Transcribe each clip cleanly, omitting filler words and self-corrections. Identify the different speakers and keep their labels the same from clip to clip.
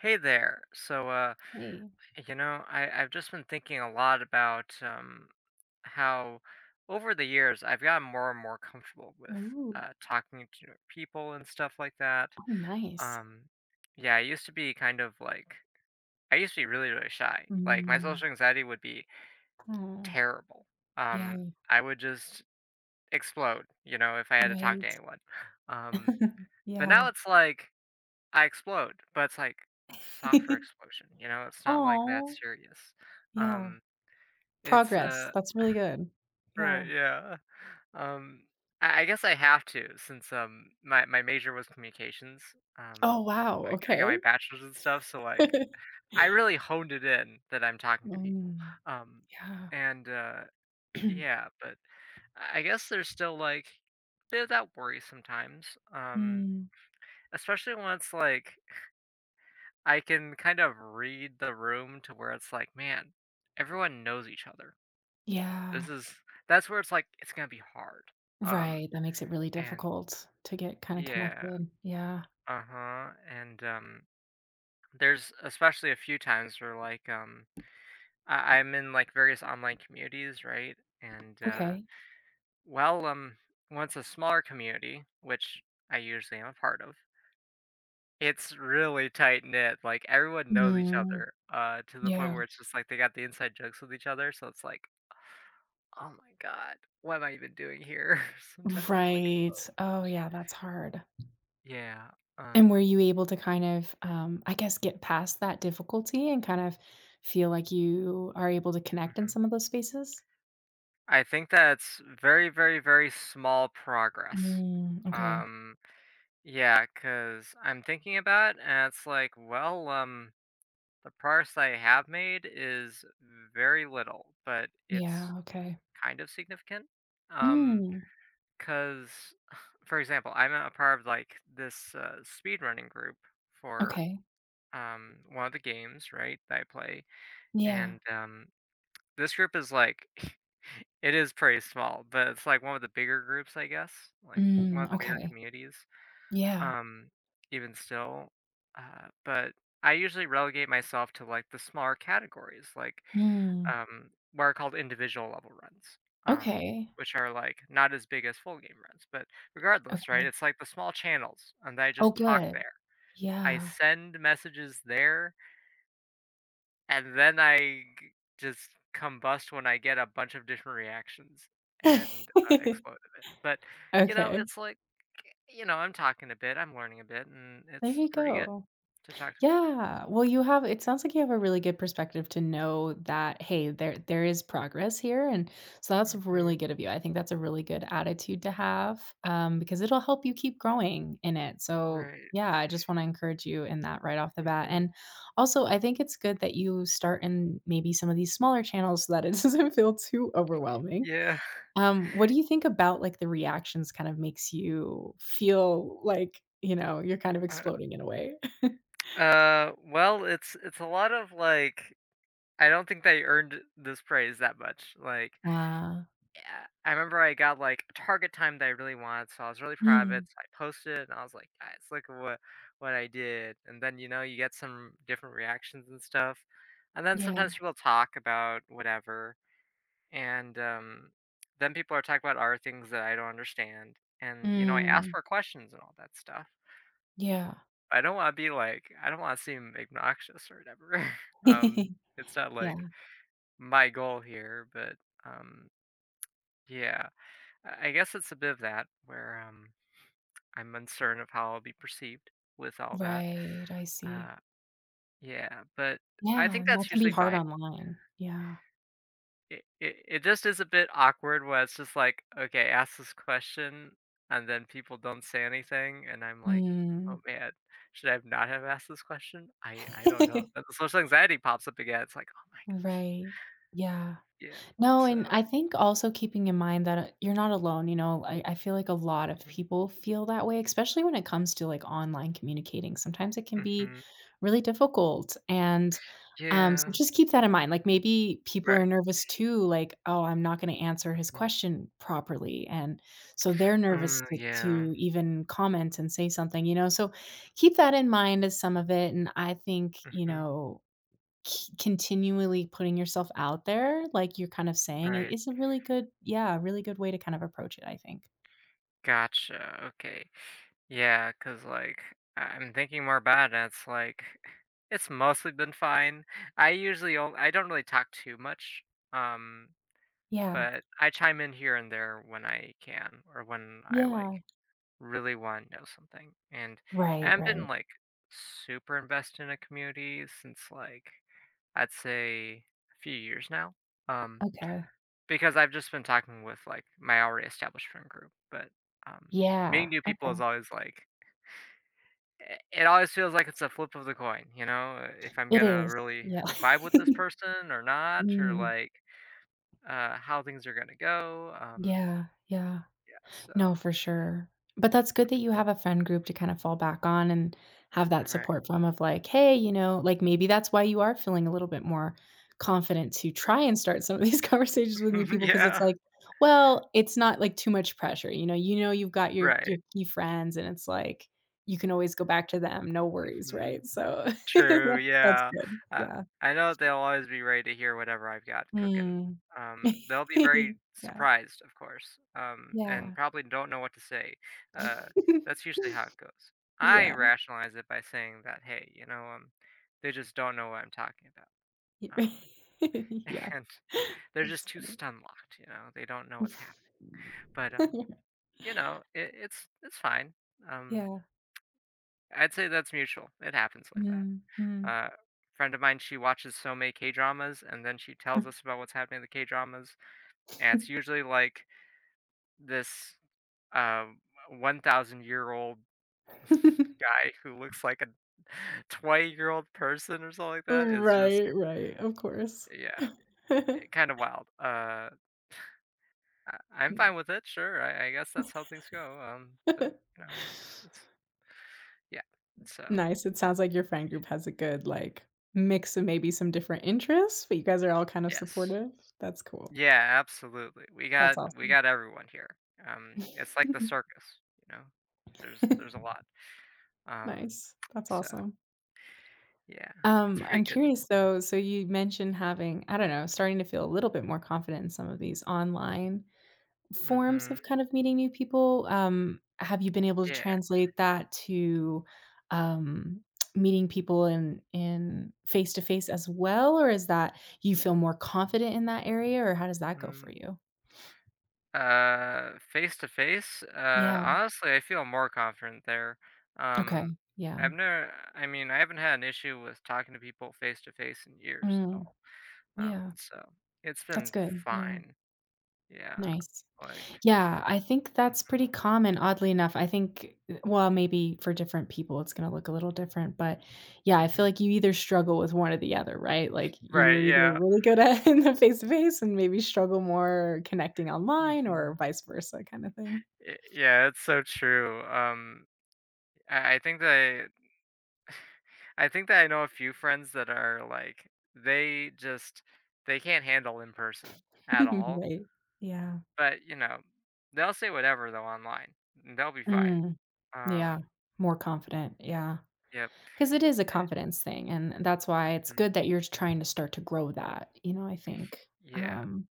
Speaker 1: Hey there.
Speaker 2: Hey.
Speaker 1: I've just been thinking a lot about how over the years I've gotten more and more comfortable with
Speaker 2: Ooh.
Speaker 1: talking to people and stuff like that.
Speaker 2: Oh, nice.
Speaker 1: Um, yeah, I used to be kind of like, I used to be really, really shy. Like, my
Speaker 2: Mm.
Speaker 1: social anxiety would be
Speaker 2: Oh,
Speaker 1: terrible.
Speaker 2: yeah,
Speaker 1: Um, I would just explode, you know, if I had to talk to
Speaker 2: right.
Speaker 1: anyone. Um, but now
Speaker 2: Yeah.
Speaker 1: it's like, I explode, but it's like softer explosion, you know? It's not like that
Speaker 2: Oh.
Speaker 1: serious.
Speaker 2: Yeah.
Speaker 1: Um, it's
Speaker 2: Progress. That's really good.
Speaker 1: Right,
Speaker 2: Yeah.
Speaker 1: yeah. Um, I guess I have to since my major was communications. Um,
Speaker 2: Oh, wow.
Speaker 1: like I got
Speaker 2: Okay.
Speaker 1: my bachelor's and stuff, so like I really honed it in that I'm talking to people.
Speaker 2: Mm.
Speaker 1: Um,
Speaker 2: Yeah.
Speaker 1: and Yeah, but I guess there's still like bit of that worry sometimes. Um,
Speaker 2: Mm.
Speaker 1: Especially when it's like I can kind of read the room to where it's like, "Man, everyone knows each other." This
Speaker 2: Yeah.
Speaker 1: is That's where it's like, it's gonna be hard. Um,
Speaker 2: Right, that makes it really
Speaker 1: and
Speaker 2: difficult to get kinda
Speaker 1: Yeah,
Speaker 2: connected. Yeah.
Speaker 1: uh-huh, and there's especially a few times where, like, I'm in, like, various online communities, right? And, uh,
Speaker 2: Okay.
Speaker 1: well, um, Once a smaller community, which I usually am a part of, it's really tight knit, like, everyone knows each
Speaker 2: Mm.
Speaker 1: other, to the point
Speaker 2: Yeah.
Speaker 1: where it's just, like, they got the inside jokes with each other, so it's like, "Oh my god, what am I even doing here?" Sometimes it's like,
Speaker 2: Right.
Speaker 1: "Oh
Speaker 2: Oh,
Speaker 1: gosh."
Speaker 2: yeah, that's hard.
Speaker 1: Yeah,
Speaker 2: And were
Speaker 1: um,
Speaker 2: you able to kind of, I guess, get past that difficulty and kind of feel like you are able to connect in
Speaker 1: mhm.
Speaker 2: some of those spaces?
Speaker 1: I think that's very, very, very small progress.
Speaker 2: Mm, okay.
Speaker 1: Um, yeah, because 'cause I'm thinking about it and it's like, the progress I have made is very little, but it's
Speaker 2: Yeah, okay.
Speaker 1: kind of significant. Um
Speaker 2: Mm,
Speaker 1: Because, for example, I'm a part of like this speedrunning group for
Speaker 2: okay.
Speaker 1: one of the games, right, that I play.
Speaker 2: Yeah.
Speaker 1: And this group is like, it is pretty small, but it's like one of the bigger groups, I guess, like one
Speaker 2: Mm,
Speaker 1: of the bigger
Speaker 2: okay.
Speaker 1: communities,
Speaker 2: Yeah.
Speaker 1: um, even still. But I usually relegate myself to like the smaller categories, like
Speaker 2: Mm,
Speaker 1: what are called individual level runs, um,
Speaker 2: okay.
Speaker 1: which are like not as big as full game runs. But regardless, right?
Speaker 2: Okay.
Speaker 1: It's like the small channels, and I
Speaker 2: Oh,
Speaker 1: just talk
Speaker 2: good.
Speaker 1: there. I
Speaker 2: Yeah.
Speaker 1: send messages there and then I g just combust when I get a bunch of different reactions and, explode a bit, but,
Speaker 2: Okay.
Speaker 1: it's like, you know, I'm talking a bit, I'm learning a bit, and
Speaker 2: There
Speaker 1: it's
Speaker 2: you
Speaker 1: pretty good
Speaker 2: go.
Speaker 1: to talk to people.
Speaker 2: Yeah. Well, you have it sounds like you have a really good perspective to know that, hey, there is progress here. And so that's really
Speaker 1: Mhm,
Speaker 2: good of you. I think that's a really good attitude to have because it'll help you keep growing in it. So
Speaker 1: right,
Speaker 2: yeah, I just want to encourage you in that right off the bat. And
Speaker 1: mhm,
Speaker 2: also, I think it's good that you start in maybe some of these smaller channels so that it doesn't feel too overwhelming.
Speaker 1: yeah,
Speaker 2: What do you think about like the reactions kind of makes you feel like, you know, you're kind of
Speaker 1: uh
Speaker 2: exploding in a way?
Speaker 1: well, it's a lot of, like, I don't think they earned this praise that much, like
Speaker 2: Uh
Speaker 1: yeah, I remember I got, like, a target time that I really wanted, so I was really proud of it,
Speaker 2: Mm,
Speaker 1: so I posted it, and I was like, "Guys, look at what I did," and then, you know, you get some different reactions and stuff, and then
Speaker 2: yeah.
Speaker 1: sometimes people talk about whatever, and then people are talking about other things that I don't understand, and, you know, I ask
Speaker 2: Mm,
Speaker 1: for questions and all that stuff.
Speaker 2: yeah.
Speaker 1: I don't wanna be like I don't wanna seem obnoxious or whatever. Um, it's not,
Speaker 2: Yeah.
Speaker 1: like, my goal here, but, um, yeah. I guess it's a bit of that where I'm uncertain of how I'll be perceived with all that.
Speaker 2: Right, I see.
Speaker 1: Uh, yeah, but I
Speaker 2: Yeah,
Speaker 1: think
Speaker 2: and that
Speaker 1: that's
Speaker 2: can be
Speaker 1: usually
Speaker 2: hard
Speaker 1: fine.
Speaker 2: online. Yeah.
Speaker 1: It just is a bit awkward where it's just like, okay, ask this question, and then people don't say anything, and I'm like,
Speaker 2: Mm.
Speaker 1: oh man, should I have not have asked this question? I don't know. And the social anxiety pops up again. It's like, oh my gosh,
Speaker 2: Right. Yeah.
Speaker 1: yeah.
Speaker 2: No,
Speaker 1: So,
Speaker 2: and I think also keeping in mind that you're not alone, you know, I feel like a lot of
Speaker 1: mhm,
Speaker 2: people feel that way, especially when it comes to like online communicating. Sometimes it can be
Speaker 1: mhm,
Speaker 2: really difficult. And so
Speaker 1: yeah,
Speaker 2: just keep that in mind. Like maybe people are
Speaker 1: right.
Speaker 2: nervous too, like, oh, I'm not going to answer his
Speaker 1: Mhm,
Speaker 2: question properly. And so they're nervous
Speaker 1: mm yeah,
Speaker 2: to even comment and say something, you know. So keep that in mind as some of it. And I think, you
Speaker 1: hmm
Speaker 2: know, c continually putting yourself out there, like you're kind of saying, it
Speaker 1: right.
Speaker 2: is a really good yeah, really good way to kind of approach it, I think.
Speaker 1: Gotcha, okay. Yeah. Cause like, I'm thinking more about it, and it's like, it's mostly been fine. I usually on I don't really talk too much, um,
Speaker 2: Yeah.
Speaker 1: but I chime in here and there when I can or when I, like,
Speaker 2: Yeah.
Speaker 1: really wanna know something, and I
Speaker 2: Right,
Speaker 1: haven't been,
Speaker 2: right.
Speaker 1: like, super invested in a community since, like, I'd say a few years now, um
Speaker 2: Okay.
Speaker 1: because I've just been talking with, like, my already established friend group, um, meeting
Speaker 2: Yeah.
Speaker 1: new people is
Speaker 2: Okay.
Speaker 1: always, like I it always feels like it's a flip of the coin, you know, if I'm
Speaker 2: It
Speaker 1: gonna
Speaker 2: is.
Speaker 1: really
Speaker 2: Yeah.
Speaker 1: vibe with this person or not, or,
Speaker 2: Mm.
Speaker 1: like, how things are gonna go,
Speaker 2: Yeah, yeah.
Speaker 1: yeah, so
Speaker 2: No, for sure. But that's good that you
Speaker 1: mhm,
Speaker 2: have a friend group to kind of fall back on and have that
Speaker 1: right.
Speaker 2: support from of like, hey, you know, like maybe that's why you are feeling a little bit more confident to try and start some of these conversations with new people because it's
Speaker 1: Yeah,
Speaker 2: like, well, it's not like too much pressure. You know you've got your
Speaker 1: right,
Speaker 2: key friends and it's like you can always go back to them. No worries,
Speaker 1: mhm.
Speaker 2: right? So
Speaker 1: True,
Speaker 2: that's
Speaker 1: yeah.
Speaker 2: good.
Speaker 1: I
Speaker 2: Yeah.
Speaker 1: I know they'll always be ready to hear whatever I've got cooking.
Speaker 2: Mm.
Speaker 1: They'll be very
Speaker 2: yeah.
Speaker 1: surprised, of course, and
Speaker 2: Yeah.
Speaker 1: probably don't know what to say. Uh, that's usually how it goes. I
Speaker 2: Yeah.
Speaker 1: rationalize it by saying that, hey, they just don't know what I'm talking about.
Speaker 2: Y
Speaker 1: Um,
Speaker 2: Yeah.
Speaker 1: and they're just
Speaker 2: That's
Speaker 1: too
Speaker 2: funny.
Speaker 1: stun locked, you know, they don't know what's happening. But, um, it's fine. Um,
Speaker 2: Yeah.
Speaker 1: I'd say that's mutual. It happens like that.
Speaker 2: Mm, mm.
Speaker 1: Uh, Friend of mine, she watches so many K dramas, and then she tells us about what's happening in the K dramas, and it's usually like this uh, 1,000-year old guy who looks like a 20-year old person or something like that. Is just
Speaker 2: Right, right, of course.
Speaker 1: Yeah, kind of wild. I'm fine
Speaker 2: Mm.
Speaker 1: with it. Sure, I guess that's how things go. But you know, it's Yeah. So
Speaker 2: Nice, it sounds like your friend group has a good, like, mix of maybe some different interests, but you guys are all kind of
Speaker 1: yes.
Speaker 2: supportive. That's cool.
Speaker 1: Yeah, absolutely. We
Speaker 2: That's
Speaker 1: got we
Speaker 2: awesome.
Speaker 1: got everyone here. It's like the circus, you know. There's a lot. Um,
Speaker 2: Nice. That's
Speaker 1: so
Speaker 2: awesome.
Speaker 1: yeah, it's pretty
Speaker 2: I'm
Speaker 1: good.
Speaker 2: curious though, so you mentioned having, I don't know, starting to feel a little bit more confident in some of these online forms
Speaker 1: Mm-hmm.
Speaker 2: of kind of meeting new people. Have you been able to
Speaker 1: Yeah.
Speaker 2: translate that to um, meeting people in face to face as well, or is that you feel more confident in that area, or how does that go for
Speaker 1: Mm.
Speaker 2: you?
Speaker 1: Face to face.
Speaker 2: Yeah.
Speaker 1: Honestly, I feel more confident there. Um,
Speaker 2: Okay. Yeah.
Speaker 1: I've never. I mean, I haven't had an issue with talking to people face to face in years at
Speaker 2: Mm,
Speaker 1: all.
Speaker 2: yeah.
Speaker 1: So it's
Speaker 2: That's
Speaker 1: been
Speaker 2: good. Yeah.
Speaker 1: fine. Yeah.
Speaker 2: Nice.
Speaker 1: Like.
Speaker 2: Yeah, I think that's
Speaker 1: Hmm,
Speaker 2: pretty common, oddly enough. I think well, maybe for different people, it's gonna look a little different, but yeah, I feel
Speaker 1: hmm,
Speaker 2: like you either struggle with one or the other, right? Like,
Speaker 1: right.
Speaker 2: you're either
Speaker 1: Yeah.
Speaker 2: really good at in the face-to-face and maybe struggle more connecting online
Speaker 1: Hmm.
Speaker 2: or vice versa kinda thing.
Speaker 1: Y Yeah, it's so true, I I think that I think that I know a few friends that are, like, they can't handle in person at all,
Speaker 2: Right. Yeah.
Speaker 1: but, you know, they'll say whatever, though, online, and they'll be fine.
Speaker 2: Mm, yeah,
Speaker 1: Um,
Speaker 2: more confident, yeah,
Speaker 1: yep,
Speaker 2: because it is a
Speaker 1: eh
Speaker 2: confidence thing, and that's why it's
Speaker 1: mhm,
Speaker 2: good that you're trying to start to grow that, you know, I think.
Speaker 1: yeah,
Speaker 2: Um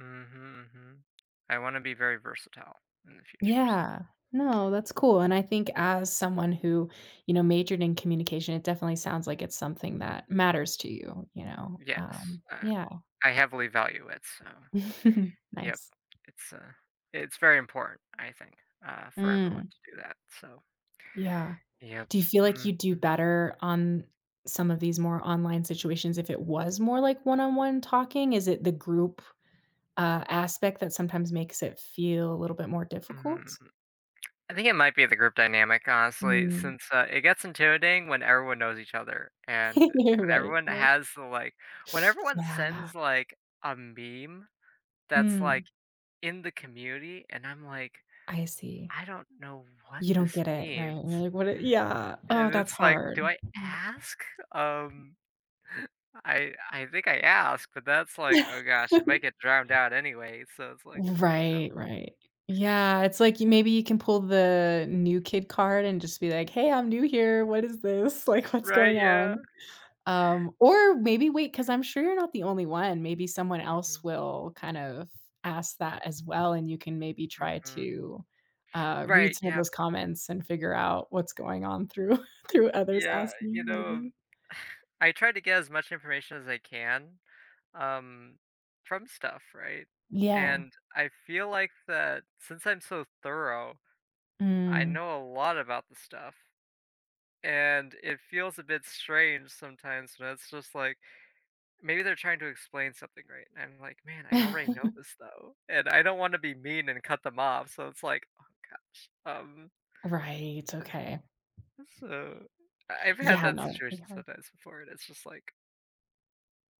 Speaker 1: mhm, mhm. I wanna be very versatile in the future, so
Speaker 2: Yeah. No, that's cool, and
Speaker 1: mm,
Speaker 2: I think as someone who, you know, majored in communication, it definitely sounds like it's something that matters to you, you know?
Speaker 1: yes, uh,
Speaker 2: Yeah.
Speaker 1: I heavily value it, so yep,
Speaker 2: Nice.
Speaker 1: it's, uh, it's very important, I think, for everyone
Speaker 2: Mm,
Speaker 1: to do that, so
Speaker 2: yeah.
Speaker 1: yep.
Speaker 2: Do you feel like
Speaker 1: Mhm,
Speaker 2: you do better on some of these more online situations if it was more like one-on-one talking? Is it the group, aspect that sometimes makes it feel a little bit more
Speaker 1: mhm.
Speaker 2: difficult?
Speaker 1: I think it might be the group dynamic, honestly,
Speaker 2: Mm.
Speaker 1: since, it gets intimidating when everyone knows each other, and
Speaker 2: You're
Speaker 1: when
Speaker 2: right,
Speaker 1: everyone
Speaker 2: right.
Speaker 1: has the, like when everyone
Speaker 2: Yeah.
Speaker 1: sends, like, a meme that's, like,
Speaker 2: Mm,
Speaker 1: in the community, and I'm like,
Speaker 2: I see.
Speaker 1: "I don't know what
Speaker 2: You don't
Speaker 1: this
Speaker 2: get it, right? And you're
Speaker 1: means."
Speaker 2: like, "What I" yeah. Oh,
Speaker 1: And
Speaker 2: that's
Speaker 1: it's like,
Speaker 2: hard.
Speaker 1: "Do I ask?" Um, I think I ask, but that's like,
Speaker 2: Yeah.
Speaker 1: oh gosh, it might get drowned out anyway, so it's like, okay,
Speaker 2: Right, right. Yeah, it's like you
Speaker 1: yeah.
Speaker 2: maybe you can pull the new kid card and just be like, "Hey, I'm new here. What is this? Like, what's
Speaker 1: Right,
Speaker 2: going
Speaker 1: yeah.
Speaker 2: on?" Or maybe wait, because 'cause I'm sure you're not the only one. Maybe someone else
Speaker 1: Mhm.
Speaker 2: will kind of ask that as well, and you can maybe try
Speaker 1: Mhm.
Speaker 2: to, read
Speaker 1: Right,
Speaker 2: some of
Speaker 1: yeah.
Speaker 2: those comments and figure out what's going on through through others
Speaker 1: Yeah, you
Speaker 2: asking
Speaker 1: know,
Speaker 2: maybe.
Speaker 1: I try to get as much information as I can, um, from stuff, right?
Speaker 2: Yeah.
Speaker 1: And I feel like that since I'm so thorough, I
Speaker 2: Mm.
Speaker 1: know a lot about the stuff. And it feels a bit strange sometimes when it's just like maybe they're trying to explain something, right? And I'm like, man, I already know this though. And I don't want to be mean and cut them off. So it's like, oh gosh.
Speaker 2: Right, okay.
Speaker 1: So, I've had
Speaker 2: Yeah,
Speaker 1: that
Speaker 2: no, we
Speaker 1: situation
Speaker 2: are
Speaker 1: sometimes before, and it's just like,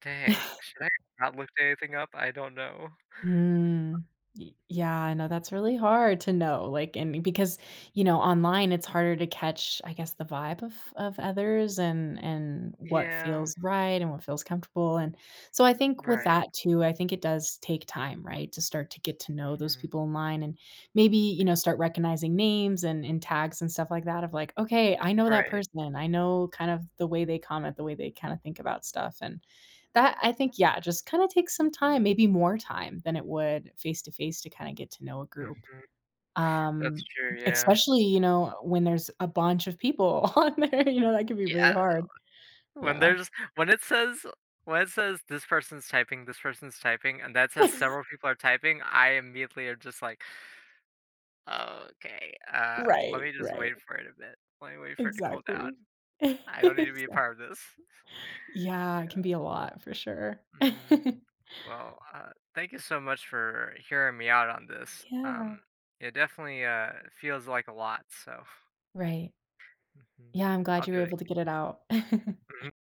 Speaker 1: "Dang, should I have not looked anything up? I don't know."
Speaker 2: Mm. Y yeah, I know that's really hard to know, like, and because, you know, online, it's harder to catch, I guess, the vibe of others and what
Speaker 1: Yeah,
Speaker 2: feels right and what feels comfortable, and so I think with
Speaker 1: right,
Speaker 2: that too, I think it does take time, right, to start to get to know those
Speaker 1: mhm,
Speaker 2: people online and maybe, you know, start recognizing names and tags and stuff like that of like, "Okay, I know that
Speaker 1: right,
Speaker 2: person. I know kind of the way they comment, the way they kinda think about stuff," and that I think, yeah, just kinda takes some time, maybe more time than it would face to face to kinda get to know a group.
Speaker 1: mhm, that's
Speaker 2: Um,
Speaker 1: true, yeah.
Speaker 2: especially, you know, when there's a bunch of people on there, you know, that can be really
Speaker 1: Yeah,
Speaker 2: hard.
Speaker 1: when
Speaker 2: Yeah.
Speaker 1: there's when it says when it says, this person's typing," and that says several people are typing, I immediately am just like, "Okay, let
Speaker 2: Right,
Speaker 1: me just
Speaker 2: right.
Speaker 1: wait for it a bit. Let me wait for it to cool down.
Speaker 2: Exactly.
Speaker 1: I don't need to be a
Speaker 2: Exac
Speaker 1: part of this."
Speaker 2: Yeah, it can be
Speaker 1: Yeah,
Speaker 2: a lot for sure.
Speaker 1: mhm. Well, thank you so much for hearing me out on this.
Speaker 2: Yeah.
Speaker 1: It definitely feels like a lot, so
Speaker 2: Right. Yeah, I'm
Speaker 1: I'll
Speaker 2: glad you
Speaker 1: do
Speaker 2: were
Speaker 1: it
Speaker 2: able to get
Speaker 1: again.
Speaker 2: it out.